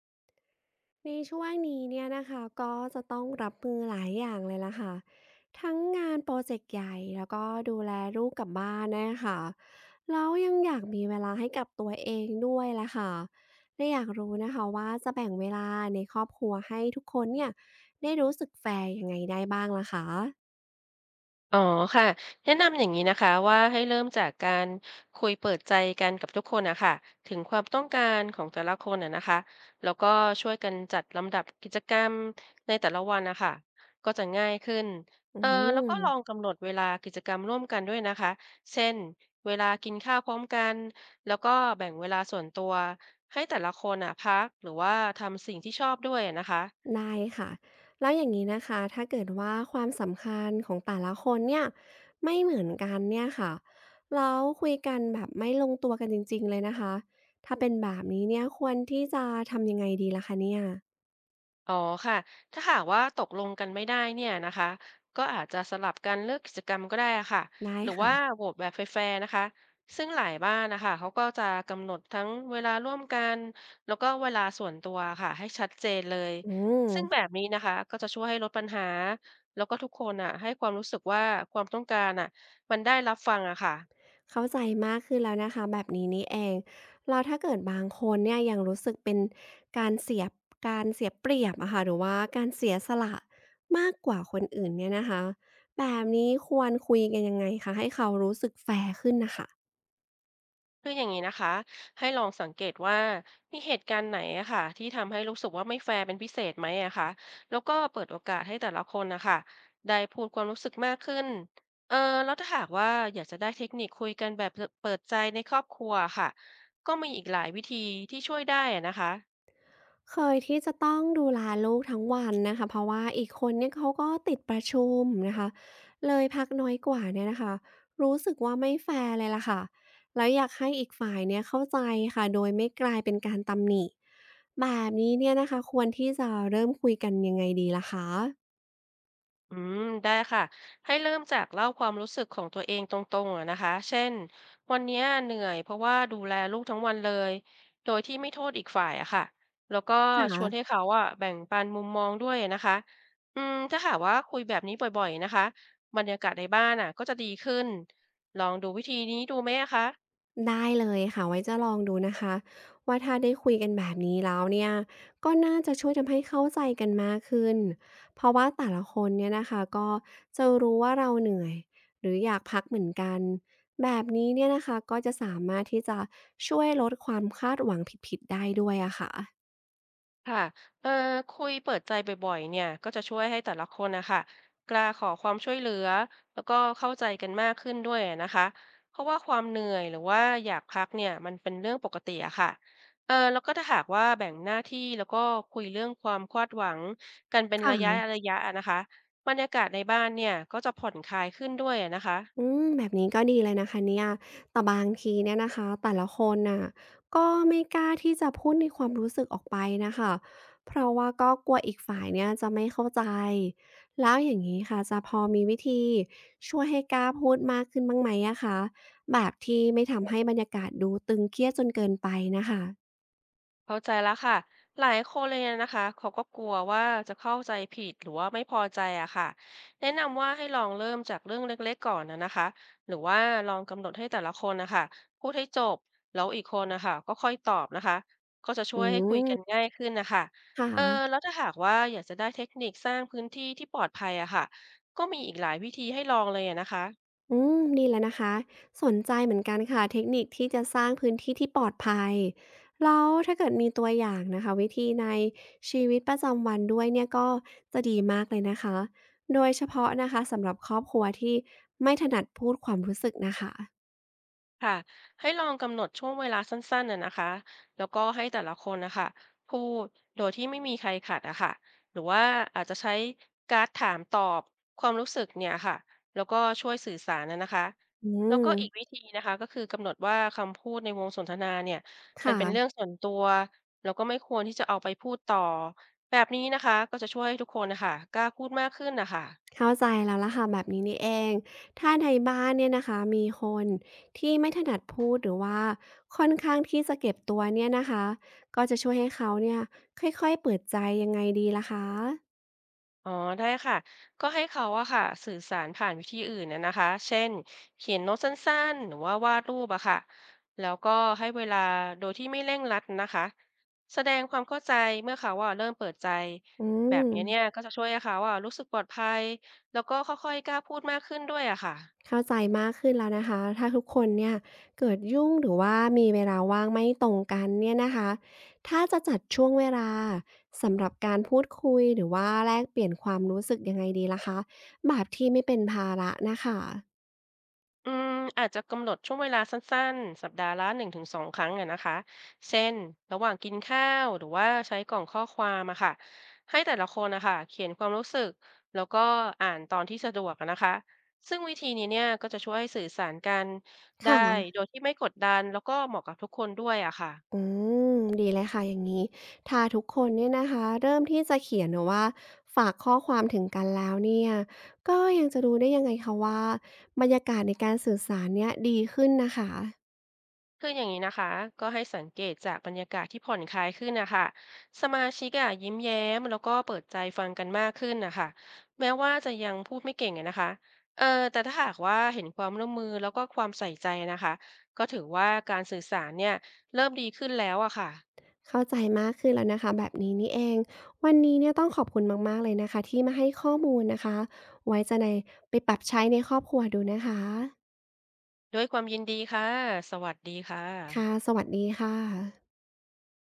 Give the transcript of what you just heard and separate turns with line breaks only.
ในช่วงนี้เนี่ยนะคะก็จะต้องรับมือหลายอย่างเลยล่ะค่ะทั้งงานโปรเจกต์ใหญ่แล้วก็ดูแลลูกกับบ้านนะคะแล้วยังอยากมีเวลาให้กับตัวเองด้วยล่ะค่ะและอยากรู้นะคะว่าจะแบ่งเวลาในครอบครัวให้ทุกคนเนี่ยได้รู้สึกแฟร์ยังไงได้บ้างล่ะคะ
อ๋อค่ะแนะนำอย่างนี้นะคะว่าให้เริ่มจากการคุยเปิดใจกันกับทุกคนนะคะถึงความต้องการของแต่ละคนนะคะแล้วก็ช่วยกันจัดลำดับกิจกรรมในแต่ละวันนะคะก็จะง่ายขึ้น
อื
แล้วก็
ม
ลองกำหนดเวลากิจกรรมร่วมกันด้วยนะคะเช่นเวลากินข้าวพร้อมกันแล้วก็แบ่งเวลาส่วนตัวให้แต่ละคนอ่ะพักหรือว่าทำสิ่งที่ชอบด้วยนะคะ
ได้ค่ะแล้วอย่างนี้นะคะถ้าเกิดว่าความสำคัญของแต่ละคนเนี่ยไม่เหมือนกันเนี่ยค่ะแล้วคุยกันแบบไม่ลงตัวกันจริงๆเลยนะคะถ้าเป็นแบบนี้เนี่ยควรที่จะทำยังไงดีล่ะคะเนี่ย
อ๋อค่ะถ้าหากว่าตกลงกันไม่ได้เนี่ยนะคะก็อาจจะสลับกันเลือกกิจกรรมก็ได้อะค่ะ
ได้
หรือว่า
ค่ะ
โหวตแบบแฟร์ๆนะคะซึ่งหลายบ้านนะคะเขาก็จะกำหนดทั้งเวลาร่วมกัน แล้วก็เวลาส่วนตัวค่ะให้ชัดเจนเลย
อืม
ซึ่งแบบนี้นะคะก็จะช่วยให้ลดปัญหา แล้วก็ทุกคนอ่ะให้ความรู้สึกว่าความต้องการอ่ะมันได้รับฟังอะค่ะ
เข้าใจมากขึ้นแล้วนะคะแบบนี้นี่เองแล้วถ้าเกิดบางคนเนี่ยยังรู้สึกเป็นการเสียการเสียเปรียบอะค่ะหรือว่าการเสียสละมากกว่าคนอื่นเนี่ยนะคะแบบนี้ควรคุยกันยังไงคะให้เขารู้สึกแฟร์ขึ้นน่ะค่ะ
คืออย่างนี้นะคะให้ลองสังเกตว่ามีเหตุการณ์ไหนอะค่ะที่ทำให้รู้สึกว่าไม่แฟร์เป็นพิเศษไหมอะค่ะแล้วก็เปิดโอกาสให้แต่ละคนนะคะได้พูดความรู้สึกมากขึ้นเออแล้วถ้าหากว่าอยากจะได้เทคนิคคุยกันแบบเปิดใจในครอบครัวค่ะก็มีอีกหลายวิธีที่ช่วยได้อะนะคะ
เคยที่จะต้องดูแลลูกทั้งวันนะคะเพราะว่าอีกคนเนี่ยเขาก็ติดประชุมนะคะเลยพักน้อยกว่าเนี่ยนะคะรู้สึกว่าไม่แฟร์เลยล่ะค่ะแล้วอยากให้อีกฝ่ายเนี่ยเข้าใจค่ะโดยไม่กลายเป็นการตำหนิแบบนี้เนี่ยนะคะควรที่จะเริ่มคุยกันยังไงดีล่ะคะ
อืมได้ค่ะให้เริ่มจากเล่าความรู้สึกของตัวเองตรงๆอะนะคะเช่นวันเนี้ยเหนื่อยเพราะว่าดูแลลูกทั้งวันเลยโดยที่ไม่โทษอีกฝ่ายอะค่ะแล้วก็
ค
ชวนให้
่ะ
เขาอะแบ่งปันมุมมองด้วยนะคะอืมถ้าหากว่าคุยแบบนี้บ่อยๆนะคะบรรยากาศในบ้านอะก็จะดีขึ้นลองดูวิธีนี้ดูไหมอะคะ
ได้เลยค่ะไว้จะลองดูนะคะว่าถ้าได้คุยกันแบบนี้แล้วเนี่ยก็น่าจะช่วยทำให้เข้าใจกันมากขึ้นเพราะว่าแต่ละคนเนี่ยนะคะก็จะรู้ว่าเราเหนื่อยหรืออยากพักเหมือนกันแบบนี้เนี่ยนะคะก็จะสามารถที่จะช่วยลดความคาดหวังผิดๆได้ด้วยอะค่ะ
ค่ะเอ่อคุยเปิดใจบ่อยๆเนี่ยก็จะช่วยให้แต่ละคนนะคะกล้าขอความช่วยเหลือ แล้วก็เข้าใจกันมากขึ้นด้วยนะคะเพราะว่าความเหนื่อยหรือว่าอยากพักเนี่ยมันเป็นเรื่องปกติอะค่ะแล้วก็ถ้าหากว่าแบ่งหน้าที่แล้วก็คุยเรื่องความคาดหวังกันเป็น
ค
ระยะ
่ะ
ระยะอะนะคะบรรยากาศในบ้านเนี่ยก็จะผ่อนคลายขึ้นด้วยอะนะคะ
อืมแบบนี้ก็ดีเลยนะคะเนี่ยแต่บางทีเนี่ยนะคะแต่ละคนน่ะก็ไม่กล้าที่จะพูดในความรู้สึกออกไปนะคะ เพราะว่าก็กลัวอีกฝ่ายเนี่ยจะไม่เข้าใจ แล้วอย่างนี้ค่ะจะพอมีวิธีช่วยให้กล้าพูดมากขึ้นบ้างไหมอะคะแบบที่ไม่ทำให้บรรยากาศดูตึงเครียดจนเกินไปนะคะ
เข้าใจแล้วค่ะหลายคนเลยนะคะเขาก็กลัวว่าจะเข้าใจผิดหรือว่าไม่พอใจอะค่ะแนะนำว่าให้ลองเริ่มจากเรื่องเล็กๆก่อนนะคะหรือว่าลองกำหนดให้แต่ละคนนะคะพูดให้จบแล้วอีกคนนะคะก็ค่อยตอบนะคะก็จะช่
อื
วยให้คุยกั
ม
นง่ายขึ้นนะคะ
ค่ะ
เออแล้วถ้าหากว่าอยากจะได้เทคนิคสร้างพื้นที่ที่ปลอดภัยอะค่ะก็มีอีกหลายวิธีให้ลองเลยอะนะคะ
อืมดีแลวนะคะสนใจเหมือนกันค่ะเทคนิคที่จะสร้างพื้นที่ที่ปลอดภัยแล้วถ้าเกิดมีตัวอย่างนะคะวิธีในชีวิตประจำวันด้วยเนี่ยก็จะดีมากเลยนะคะโดยเฉพาะนะคะสำหรับครอบครัวที่ไม่ถนัดพูดความรู้สึกนะคะ
ค่ะให้ลองกำหนดช่วงเวลาสั้นๆน่ะนะคะแล้วก็ให้แต่ละคนนะคะพูดโดยที่ไม่มีใครขัดอะค่ะหรือว่าอาจจะใช้การ์ดถามตอบความรู้สึกเนี่ยค่ะแล้วก็ช่วยสื่อสารนะคะ
อื
แล้วก็
ม
อีกวิธีนะคะก็คือกำหนดว่าคำพูดในวงสนทนาเนี่ย
ค
มันเป็นเรื่อง
่ะ
ส่วนตัวแล้วก็ไม่ควรที่จะเอาไปพูดต่อแบบนี้นะคะก็จะช่วยให้ทุกคนนะคะกล้าพูดมากขึ้นนะคะ
เข้าใจแล้วล่ะค่ะแบบนี้นี่เองถ้าในบ้านเนี่ยนะคะมีคนที่ไม่ถนัดพูดหรือว่าค่อนข้างที่จะเก็บตัวเนี่ยนะคะก็จะช่วยให้เขาเนี่ยค่อยๆเปิดใจยังไงดีล่ะคะ
อ๋อได้ค่ะก็ให้เขาอะค่ะสื่อสารผ่านวิธีอื่นนะคะเช่นเขียนโน้ตสั้นๆหรือว่าวาดรูปอะค่ะแล้วก็ให้เวลาโดยที่ไม่เร่งรัดนะคะแสดงความเข้าใจเมื่อเขาว่าเริ่มเปิดใจ
อื
แบบ
ม
นี้เนี่ยก็จะช่วยให้เขาอะรู้สึกปลอดภัยแล้วก็ค่อยๆกล้าพูดมากขึ้นด้วยอะค่ะ
เข้าใจมากขึ้นแล้วนะคะถ้าทุกคนเนี่ยเกิดยุ่งหรือว่ามีเวลาว่างไม่ตรงกันเนี่ยนะคะถ้าจะจัดช่วงเวลาสำหรับการพูดคุยหรือว่าแลกเปลี่ยนความรู้สึกยังไงดีล่ะคะแบบที่ไม่เป็นภาระนะคะ
อืมอาจจะกำหนดช่วงเวลาสั้นๆ สัปดาห์ละ1-2ครั้งอะนะคะเช่น ระหว่างกินข้าว หรือว่าใช้กล่องข้อความอะค่ะให้แต่ละคนนะคะเขียนความรู้สึก แล้วก็อ่านตอนที่สะดวกอะนะคะซึ่งวิธีนี้เนี่ยก็จะช่วยให้สื่อสารกันได้
ค่ะ
โดยที่ไม่กดดัน แล้วก็เหมาะกับทุกคนด้วยอะค่ะ
อืมดีเลยค่ะอย่างนี้ถ้าทุกคนเนี่ยนะคะเริ่มที่จะเขียนนะว่าฝากข้อความถึงกันแล้วเนี่ยก็ยังจะรู้ได้ยังไงคะว่าบรรยากาศในการสื่อสารเนี่ยดีขึ้นนะคะ
คืออย่างนี้นะคะก็ให้สังเกตจากบรรยากาศที่ผ่อนคลายขึ้นนะคะสมาชิกอะยิ้มแย้มแล้วก็เปิดใจฟังกันมากขึ้นนะคะแม้ว่าจะยังพูดไม่เก่งอะนะคะเออแต่ถ้าหากว่าเห็นความร่วมมือแล้วก็ความใส่ใจนะคะก็ถือว่าการสื่อสารเนี่ยเริ่มดีขึ้นแล้วอะค่ะ
เข้าใจมากขึ้นแล้วนะคะแบบนี้นี่เองวันนี้เนี่ยต้องขอบคุณมากๆเลยนะคะที่มาให้ข้อมูลนะคะไว้จะในไปปรับใช้ในครอบครัวดูนะคะ
ด้วยความยินดีค่ะสวัสดีค่ะ
ค่ะสวัสดีค่ะ